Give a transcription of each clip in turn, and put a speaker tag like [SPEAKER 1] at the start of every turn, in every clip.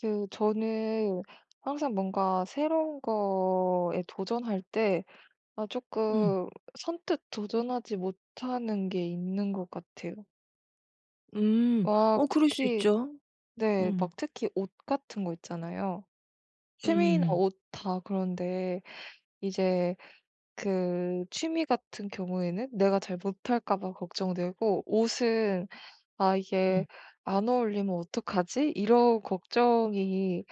[SPEAKER 1] 저는 항상 뭔가 새로운 거에 도전할 때
[SPEAKER 2] 음.
[SPEAKER 1] 조금 선뜻 도전하지 못하는 게 있는 것 같아요.
[SPEAKER 2] 음.
[SPEAKER 1] 막
[SPEAKER 2] 어 그럴 수
[SPEAKER 1] 특히
[SPEAKER 2] 있죠.
[SPEAKER 1] 네,
[SPEAKER 2] 음.
[SPEAKER 1] 막 특히 옷 같은 거 있잖아요. 취미나
[SPEAKER 2] 음.
[SPEAKER 1] 옷 다 그런데 이제 그 취미 같은 경우에는 내가 잘 못할까 봐 걱정되고, 옷은 '아 이게
[SPEAKER 2] 음.
[SPEAKER 1] 안 어울리면 어떡하지?' 이런 걱정이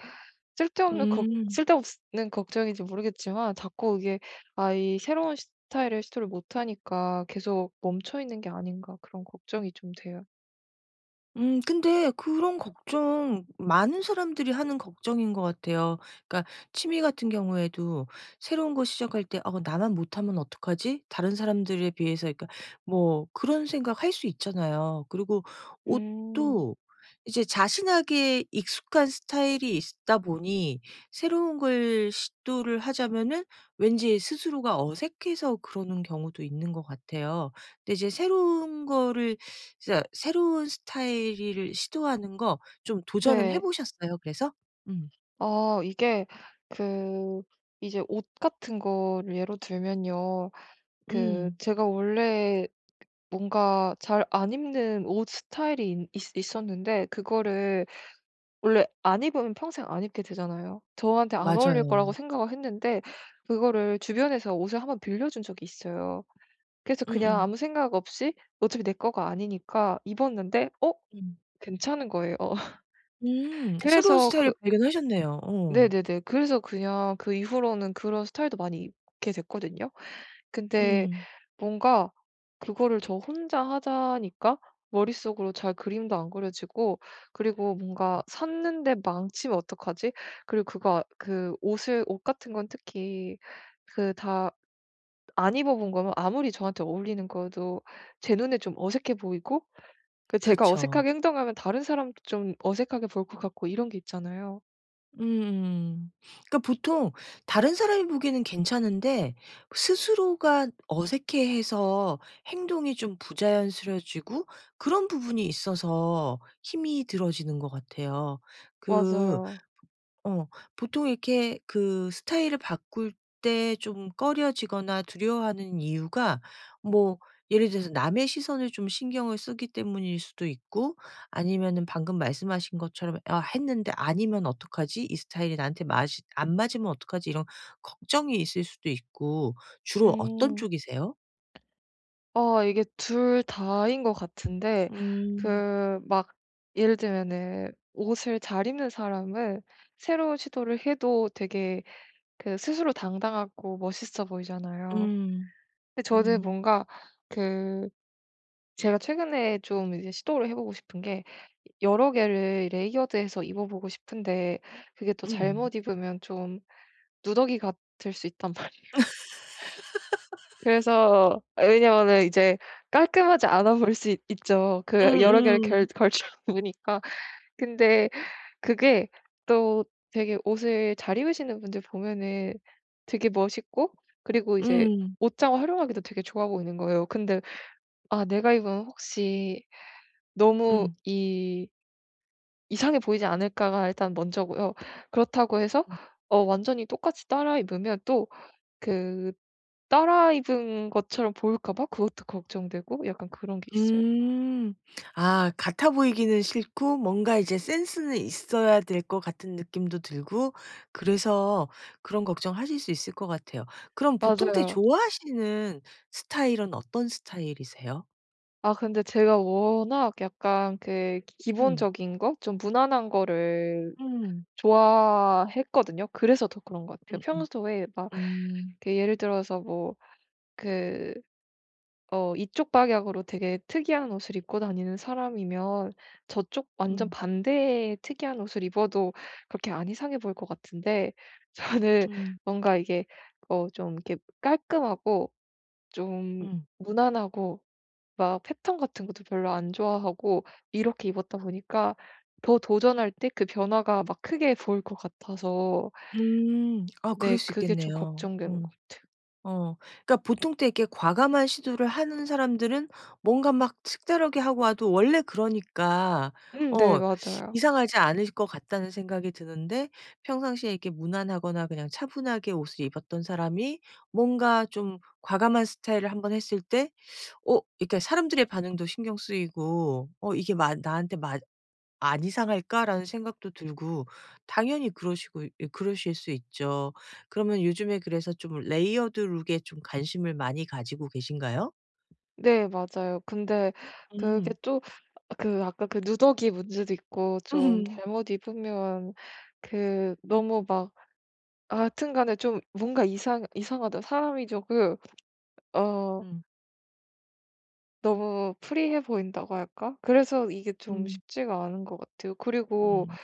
[SPEAKER 2] 음.
[SPEAKER 1] 쓸데없는 걱정인지 모르겠지만, 자꾸 이게 이 새로운 스타일을 시도를 못 하니까 계속 멈춰 있는 게 아닌가 그런 걱정이 좀 돼요.
[SPEAKER 2] 음. 근데 그런 걱정 많은 사람들이 하는 걱정인 것 같아요. 그러니까 취미 같은 경우에도 새로운 거 시작할 때 '어 나만 못하면 어떡하지? 다른 사람들에 비해서.' 그러니까 뭐 그런 생각할 수 있잖아요. 그리고
[SPEAKER 1] 음.
[SPEAKER 2] 옷도 이제 자신에게 익숙한 스타일이 있다 보니 새로운 걸 시도를 하자면은 왠지 스스로가 어색해서 그러는 경우도 있는 것 같아요. 근데 이제 새로운 거를 진짜 새로운 스타일을 시도하는 거 좀 도전은 해
[SPEAKER 1] 네.
[SPEAKER 2] 보셨어요 그래서? 음.
[SPEAKER 1] 아 이게 그 이제 옷 같은 거를 예로 들면요.
[SPEAKER 2] 음.
[SPEAKER 1] 제가 원래 뭔가 잘 안 입는 옷 스타일이 있었는데, 그거를 원래 안 입으면 평생 안 입게 되잖아요. 저한테 안 어울릴
[SPEAKER 2] 맞아요.
[SPEAKER 1] 거라고 생각을 했는데, 그거를 주변에서 옷을 한번 빌려준 적이 있어요. 그래서 그냥
[SPEAKER 2] 음음.
[SPEAKER 1] 아무 생각 없이 어차피 내 거가 아니니까 입었는데,
[SPEAKER 2] 음.
[SPEAKER 1] 괜찮은 거예요.
[SPEAKER 2] 음. 새로운
[SPEAKER 1] 그래서
[SPEAKER 2] 스타일을
[SPEAKER 1] 그
[SPEAKER 2] 발견하셨네요. 어.
[SPEAKER 1] 네네네. 그래서 그냥 그 이후로는 그런 스타일도 많이 입게 됐거든요. 근데
[SPEAKER 2] 음.
[SPEAKER 1] 뭔가 그거를 저 혼자 하자니까 머릿속으로 잘 그림도 안 그려지고, 그리고 뭔가 샀는데 망치면 어떡하지? 그리고 그거 아 그 옷을 옷 같은 건 특히 다 안 입어 본 거면 아무리 저한테 어울리는 거도 제 눈에 좀 어색해 보이고, 제가
[SPEAKER 2] 그쵸.
[SPEAKER 1] 어색하게 행동하면 다른 사람도 좀 어색하게 볼 것 같고 이런 게 있잖아요.
[SPEAKER 2] 음음. 그러니까 보통 다른 사람이 보기에는 괜찮은데 스스로가 어색해해서 행동이 좀 부자연스러워지고 그런 부분이 있어서 힘이 들어지는 것 같아요. 그
[SPEAKER 1] 맞아요.
[SPEAKER 2] 어. 보통 이렇게 그 스타일을 바꿀 때 좀 꺼려지거나 두려워하는 이유가 뭐 예를 들어서 남의 시선을 좀 신경을 쓰기 때문일 수도 있고 아니면은 방금 말씀하신 것처럼 '아 했는데 아니면 어떡하지? 이 스타일이 나한테 맞이 안 맞으면 어떡하지?' 이런 걱정이 있을 수도 있고 주로 어떤
[SPEAKER 1] 음.
[SPEAKER 2] 쪽이세요?
[SPEAKER 1] 이게 둘 다인 것 같은데,
[SPEAKER 2] 음.
[SPEAKER 1] 막 예를 들면은 옷을 잘 입는 사람은 새로운 시도를 해도 되게 스스로 당당하고 멋있어 보이잖아요.
[SPEAKER 2] 음.
[SPEAKER 1] 근데 저는
[SPEAKER 2] 음.
[SPEAKER 1] 뭔가, 그 제가 최근에 좀 이제 시도를 해 보고 싶은 게 여러 개를 레이어드해서 입어 보고 싶은데, 그게 또
[SPEAKER 2] 음.
[SPEAKER 1] 잘못 입으면 좀 누더기 같을 수 있단 말이에요. 그래서 왜냐면은 이제 깔끔하지 않아 보일 수 있 있죠. 여러 개를 결
[SPEAKER 2] 음음.
[SPEAKER 1] 걸쳐 보니까. 근데 그게 또 되게 옷을 잘 입으시는 분들 보면은 되게 멋있고, 그리고
[SPEAKER 2] 음.
[SPEAKER 1] 이제
[SPEAKER 2] 음.
[SPEAKER 1] 옷장을 활용하기도 되게 좋아 보이는 거예요. 근데 '아 내가 입으면 혹시 너무
[SPEAKER 2] 음.
[SPEAKER 1] 이 이상해 보이지 않을까.'가 일단 먼저고요. 그렇다고 해서 완전히 똑같이 따라 입으면 또 그 따라 입은 것처럼 보일까 봐 그것도 걱정되고, 약간 그런 게 있어요.
[SPEAKER 2] 음. 아 같아 보이기는 싫고 뭔가 이제 센스는 있어야 될 것 같은 느낌도 들고 그래서 그런 걱정하실 수 있을 것 같아요. 그럼 보통 때
[SPEAKER 1] 맞아요.
[SPEAKER 2] 좋아하시는 스타일은 어떤 스타일이세요?
[SPEAKER 1] 근데 제가 워낙 약간
[SPEAKER 2] 음.
[SPEAKER 1] 기본적인 거, 좀 무난한 거를
[SPEAKER 2] 음.
[SPEAKER 1] 좋아했거든요. 그래서 더 그런 것 같아요.
[SPEAKER 2] 음음.
[SPEAKER 1] 평소에 막
[SPEAKER 2] 음.
[SPEAKER 1] 예를 들어서 뭐그 어 이쪽 방향으로 되게 특이한 옷을 입고 다니는 사람이면 저쪽 완전
[SPEAKER 2] 음.
[SPEAKER 1] 반대의 특이한 옷을 입어도 그렇게 안 이상해 보일 것 같은데, 저는
[SPEAKER 2] 음.
[SPEAKER 1] 뭔가 이게 좀 이렇게 깔끔하고, 좀
[SPEAKER 2] 음.
[SPEAKER 1] 무난하고, 막 패턴 같은 것도 별로 안 좋아하고, 이렇게 입었다 보니까 더 도전할 때 변화가 막 크게 보일 것 같아서,
[SPEAKER 2] 음. 아 그럴
[SPEAKER 1] 네,
[SPEAKER 2] 수
[SPEAKER 1] 그게 좀
[SPEAKER 2] 있겠네요.
[SPEAKER 1] 걱정되는 것
[SPEAKER 2] 어.
[SPEAKER 1] 같아요.
[SPEAKER 2] 어. 그러니까 보통 때 이렇게 과감한 시도를 하는 사람들은 뭔가 막 특별하게 하고 와도 원래 그러니까
[SPEAKER 1] 네,
[SPEAKER 2] 어
[SPEAKER 1] 맞아요.
[SPEAKER 2] 이상하지 않을 것 같다는 생각이 드는데 평상시에 이렇게 무난하거나 그냥 차분하게 옷을 입었던 사람이 뭔가 좀 과감한 스타일을 한번 했을 때 어 이렇게 사람들의 반응도 신경 쓰이고 '어 이게 마 나한테 맞 안 이상할까?'라는 생각도 들고 당연히 그러시고 예 그러실 수 있죠. 그러면 요즘에 그래서 좀 레이어드 룩에 좀 관심을 많이 가지고 계신가요?
[SPEAKER 1] 네, 맞아요. 근데 그게
[SPEAKER 2] 음.
[SPEAKER 1] 또, 아까 그 누더기 문제도 있고, 좀
[SPEAKER 2] 음.
[SPEAKER 1] 잘못 입으면 너무 막 하여튼 간에 좀 뭔가 이상하다. 사람이 조금 어
[SPEAKER 2] 음.
[SPEAKER 1] 너무 프리해 보인다고 할까? 그래서 이게 좀
[SPEAKER 2] 음.
[SPEAKER 1] 쉽지가 않은 것 같아요. 그리고
[SPEAKER 2] 네네.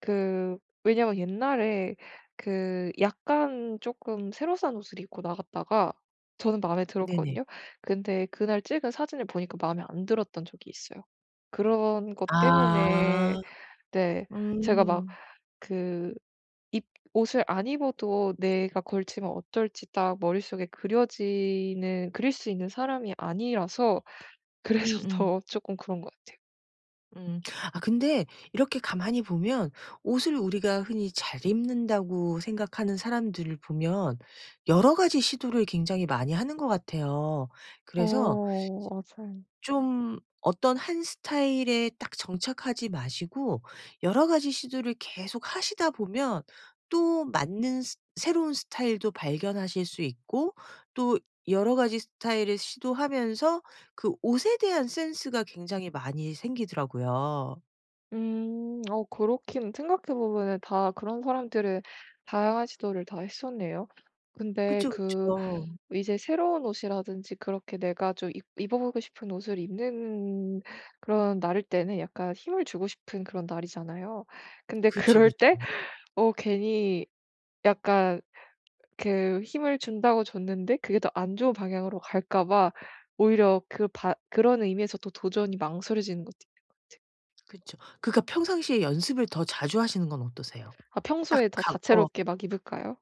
[SPEAKER 1] 그 왜냐면 옛날에 약간 조금 새로 산 옷을 입고 나갔다가 저는 마음에
[SPEAKER 2] 네네.
[SPEAKER 1] 들었거든요. 근데 그날 찍은 사진을 보니까 마음에 안 들었던 적이 있어요. 그런 것 때문에,
[SPEAKER 2] 아.
[SPEAKER 1] 네, 제가 막
[SPEAKER 2] 음.
[SPEAKER 1] 그 입 옷을 안 입어도 내가 걸치면 어쩔지 딱 머릿속에 그려지는 그릴 수 있는 사람이 아니라서 그래서
[SPEAKER 2] 음음.
[SPEAKER 1] 더 조금 그런 것 같아요.
[SPEAKER 2] 음. 아 근데 이렇게 가만히 보면 옷을 우리가 흔히 잘 입는다고 생각하는 사람들을 보면 여러 가지 시도를 굉장히 많이 하는 것 같아요. 그래서
[SPEAKER 1] 어 맞아요.
[SPEAKER 2] 좀 어떤 한 스타일에 딱 정착하지 마시고 여러 가지 시도를 계속 하시다 보면 또 맞는 스 새로운 스타일도 발견하실 수 있고 또 여러 가지 스타일을 시도하면서 그 옷에 대한 센스가 굉장히 많이 생기더라고요.
[SPEAKER 1] 그렇긴 생각해 보면은 다 그런 사람들은 다양한 시도를 다 했었네요. 근데
[SPEAKER 2] 그쵸, 그쵸.
[SPEAKER 1] 이제 새로운 옷이라든지 그렇게 내가 좀 입 입어보고 싶은 옷을 입는 그런 날일 때는 약간 힘을 주고 싶은 그런 날이잖아요. 근데
[SPEAKER 2] 그쵸,
[SPEAKER 1] 그럴
[SPEAKER 2] 그쵸.
[SPEAKER 1] 때 괜히 약간 힘을 준다고 줬는데 그게 더 안 좋은 방향으로 갈까 봐, 오히려 그 바 그런 의미에서 또 도전이 망설여지는 것도 있는 것 같아요.
[SPEAKER 2] 그쵸. 그러니까 평상시에 연습을 더 자주 하시는 건 어떠세요? 딱
[SPEAKER 1] 평소에 더
[SPEAKER 2] 각 어.
[SPEAKER 1] 다채롭게 막 입을까요?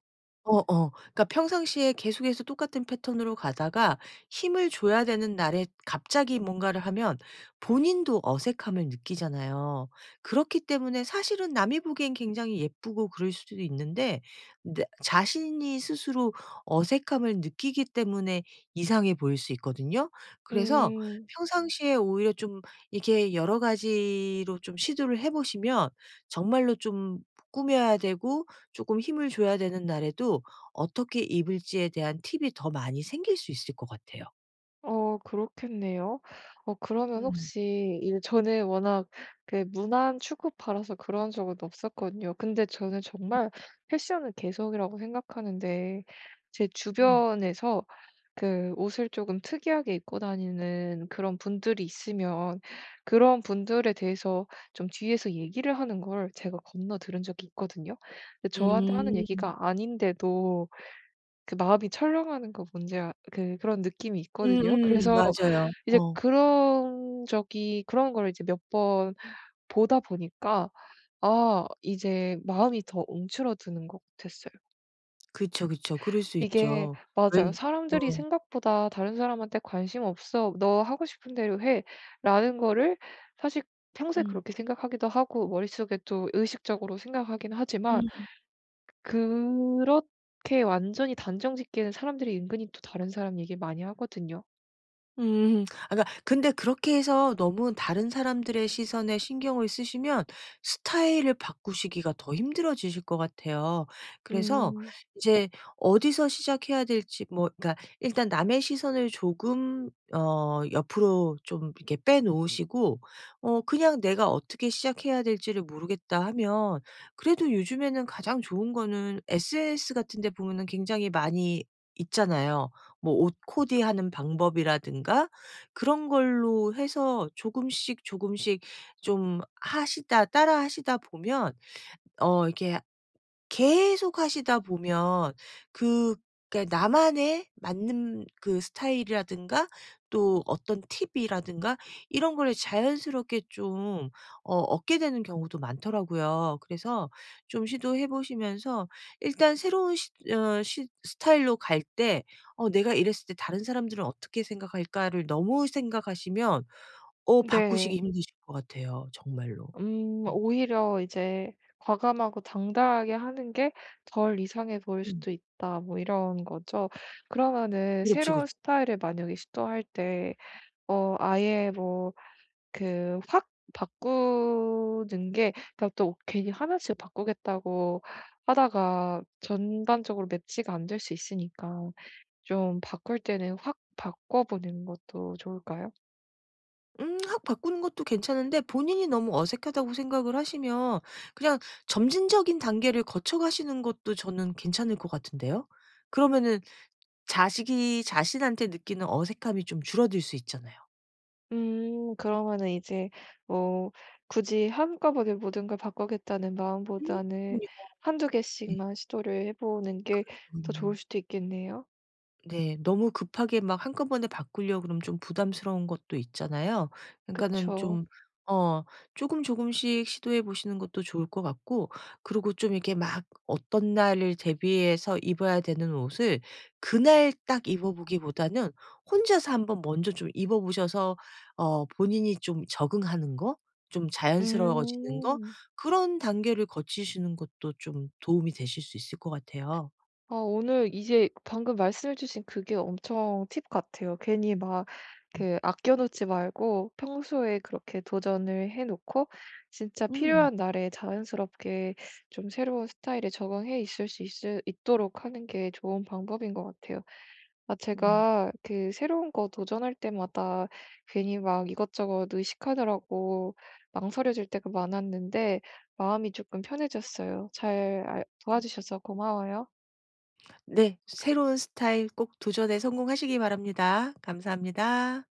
[SPEAKER 2] 어어. 그러니까 평상시에 계속해서 똑같은 패턴으로 가다가 힘을 줘야 되는 날에 갑자기 뭔가를 하면 본인도 어색함을 느끼잖아요. 그렇기 때문에 사실은 남이 보기엔 굉장히 예쁘고 그럴 수도 있는데 내 자신이 스스로 어색함을 느끼기 때문에 이상해 보일 수 있거든요. 그래서
[SPEAKER 1] 음.
[SPEAKER 2] 평상시에 오히려 좀 이렇게 여러 가지로 좀 시도를 해 보시면 정말로 좀 꾸며야 되고 조금 힘을 줘야 되는 날에도 어떻게 입을지에 대한 팁이 더 많이 생길 수 있을 것 같아요.
[SPEAKER 1] 어 그렇겠네요. 그러면
[SPEAKER 2] 음.
[SPEAKER 1] 혹시 이 저는 워낙 무난 취급받아서 그런 적은 없었거든요. 근데 저는 정말 패션은 개성이라고 생각하는데, 제
[SPEAKER 2] 음.
[SPEAKER 1] 주변에서 옷을 조금 특이하게 입고 다니는 그런 분들이 있으면 그런 분들에 대해서 좀 뒤에서 얘기를 하는 걸 제가 건너 들은 적이 있거든요. 근데 저한테 하는
[SPEAKER 2] 음.
[SPEAKER 1] 얘기가 아닌데도 마음이 철렁하는 거, 뭔지, 그런 느낌이 있거든요.
[SPEAKER 2] 음음.
[SPEAKER 1] 그래서
[SPEAKER 2] 맞아요.
[SPEAKER 1] 이제
[SPEAKER 2] 어.
[SPEAKER 1] 그런 걸 이제 몇 번 보다 보니까 이제 마음이 더 움츠러드는 것 같았어요.
[SPEAKER 2] 그쵸, 그쵸. 그럴 수
[SPEAKER 1] 이게
[SPEAKER 2] 있죠. 왜
[SPEAKER 1] 맞아요.
[SPEAKER 2] 어.
[SPEAKER 1] 사람들이 생각보다 다른 사람한테 "관심 없어. 너 하고 싶은 대로 해."라는 거를, 사실 평소에
[SPEAKER 2] 음.
[SPEAKER 1] 그렇게 생각하기도 하고 머릿속에 또 의식적으로 생각하긴 하지만,
[SPEAKER 2] 음.
[SPEAKER 1] 그렇게 완전히 단정 짓기에는 사람들이 은근히 또 다른 사람 얘기 많이 하거든요.
[SPEAKER 2] 음. 아 그러니까 근데 그렇게 해서 너무 다른 사람들의 시선에 신경을 쓰시면 스타일을 바꾸시기가 더 힘들어지실 것 같아요. 그래서
[SPEAKER 1] 음
[SPEAKER 2] 이제 어디서 시작해야 될지 뭐 그러니까 일단 남의 시선을 조금 어 옆으로 좀 이렇게 빼놓으시고 어 그냥 '내가 어떻게 시작해야 될지를 모르겠다.' 하면 그래도 요즘에는 가장 좋은 거는 SNS 같은 데 보면은 굉장히 많이 있잖아요. 뭐 옷 코디하는 방법이라든가 그런 걸로 해서 조금씩, 조금씩 좀 하시다 따라 하시다 보면 어 이게 계속 하시다 보면 그 그러니까 나만의 맞는 그 스타일이라든가 또 어떤 팁이라든가 이런 거를 자연스럽게 좀 어 얻게 되는 경우도 많더라고요. 그래서 좀 시도해 보시면서 일단 새로운 시 어 시 스타일로 갈 때 '어 내가 이랬을 때 다른 사람들은 어떻게 생각할까?'를 너무 생각하시면 어
[SPEAKER 1] 네.
[SPEAKER 2] 바꾸시기 힘드실 것 같아요 정말로. 음.
[SPEAKER 1] 오히려 이제 '과감하고 당당하게 하는 게 덜 이상해 보일
[SPEAKER 2] 음.
[SPEAKER 1] 수도 있다.' 뭐 이런 거죠. 그러면은
[SPEAKER 2] 그렇죠,
[SPEAKER 1] 새로운
[SPEAKER 2] 그렇죠.
[SPEAKER 1] 스타일을 만약에 시도할 때 아예, 뭐 확 바꾸는 게, 그러니까 또 괜히 하나씩 바꾸겠다고 하다가 전반적으로 매치가 안될 수 있으니까, 좀 바꿀 때는 확 바꿔 보는 것도 좋을까요?
[SPEAKER 2] 확 바꾸는 것도 괜찮은데 본인이 너무 어색하다고 생각을 하시면 그냥 점진적인 단계를 거쳐 가시는 것도 저는 괜찮을 것 같은데요. 그러면은 자식이 자신한테 느끼는 어색함이 좀 줄어들 수 있잖아요.
[SPEAKER 1] 그러면은 이제 뭐 굳이 한꺼번에 모든 걸 바꾸겠다는
[SPEAKER 2] 음.
[SPEAKER 1] 마음보다는
[SPEAKER 2] 그럼요.
[SPEAKER 1] 한두
[SPEAKER 2] 네.
[SPEAKER 1] 개씩만 시도를 해 보는 게 더 좋을
[SPEAKER 2] 그럼요.
[SPEAKER 1] 수도 있겠네요.
[SPEAKER 2] 네. 너무 급하게 막 한꺼번에 바꾸려고 그러면 좀 부담스러운 것도 있잖아요. 그러니까는
[SPEAKER 1] 그쵸.
[SPEAKER 2] 좀 어 조금 조금씩 시도해 보시는 것도 좋을 것 같고 그리고 좀 이렇게 막 어떤 날을 대비해서 입어야 되는 옷을 그날 딱 입어 보기보다는 혼자서 한번 먼저 좀 입어 보셔서 어 본인이 좀 적응하는 거 좀 자연스러워지는 거
[SPEAKER 1] 음.
[SPEAKER 2] 그런 단계를 거치시는 것도 좀 도움이 되실 수 있을 것 같아요.
[SPEAKER 1] 오늘 이제 방금 말씀해 주신 그게 엄청 팁 같아요. 괜히 막 아껴 놓지 말고 평소에 그렇게 도전을 해 놓고 진짜
[SPEAKER 2] 음.
[SPEAKER 1] 필요한 날에 자연스럽게 좀 새로운 스타일에 적응해 있을 수 있 있도록 하는 게 좋은 방법인 것 같아요.
[SPEAKER 2] 음.
[SPEAKER 1] 제가 새로운 거 도전할 때마다 괜히 막 이것저것 의식하느라고 망설여질 때가 많았는데, 마음이 조금 편해졌어요. 잘 알 도와주셔서 고마워요.
[SPEAKER 2] 네. 새로운 스타일 꼭 도전에 성공하시기 바랍니다. 감사합니다.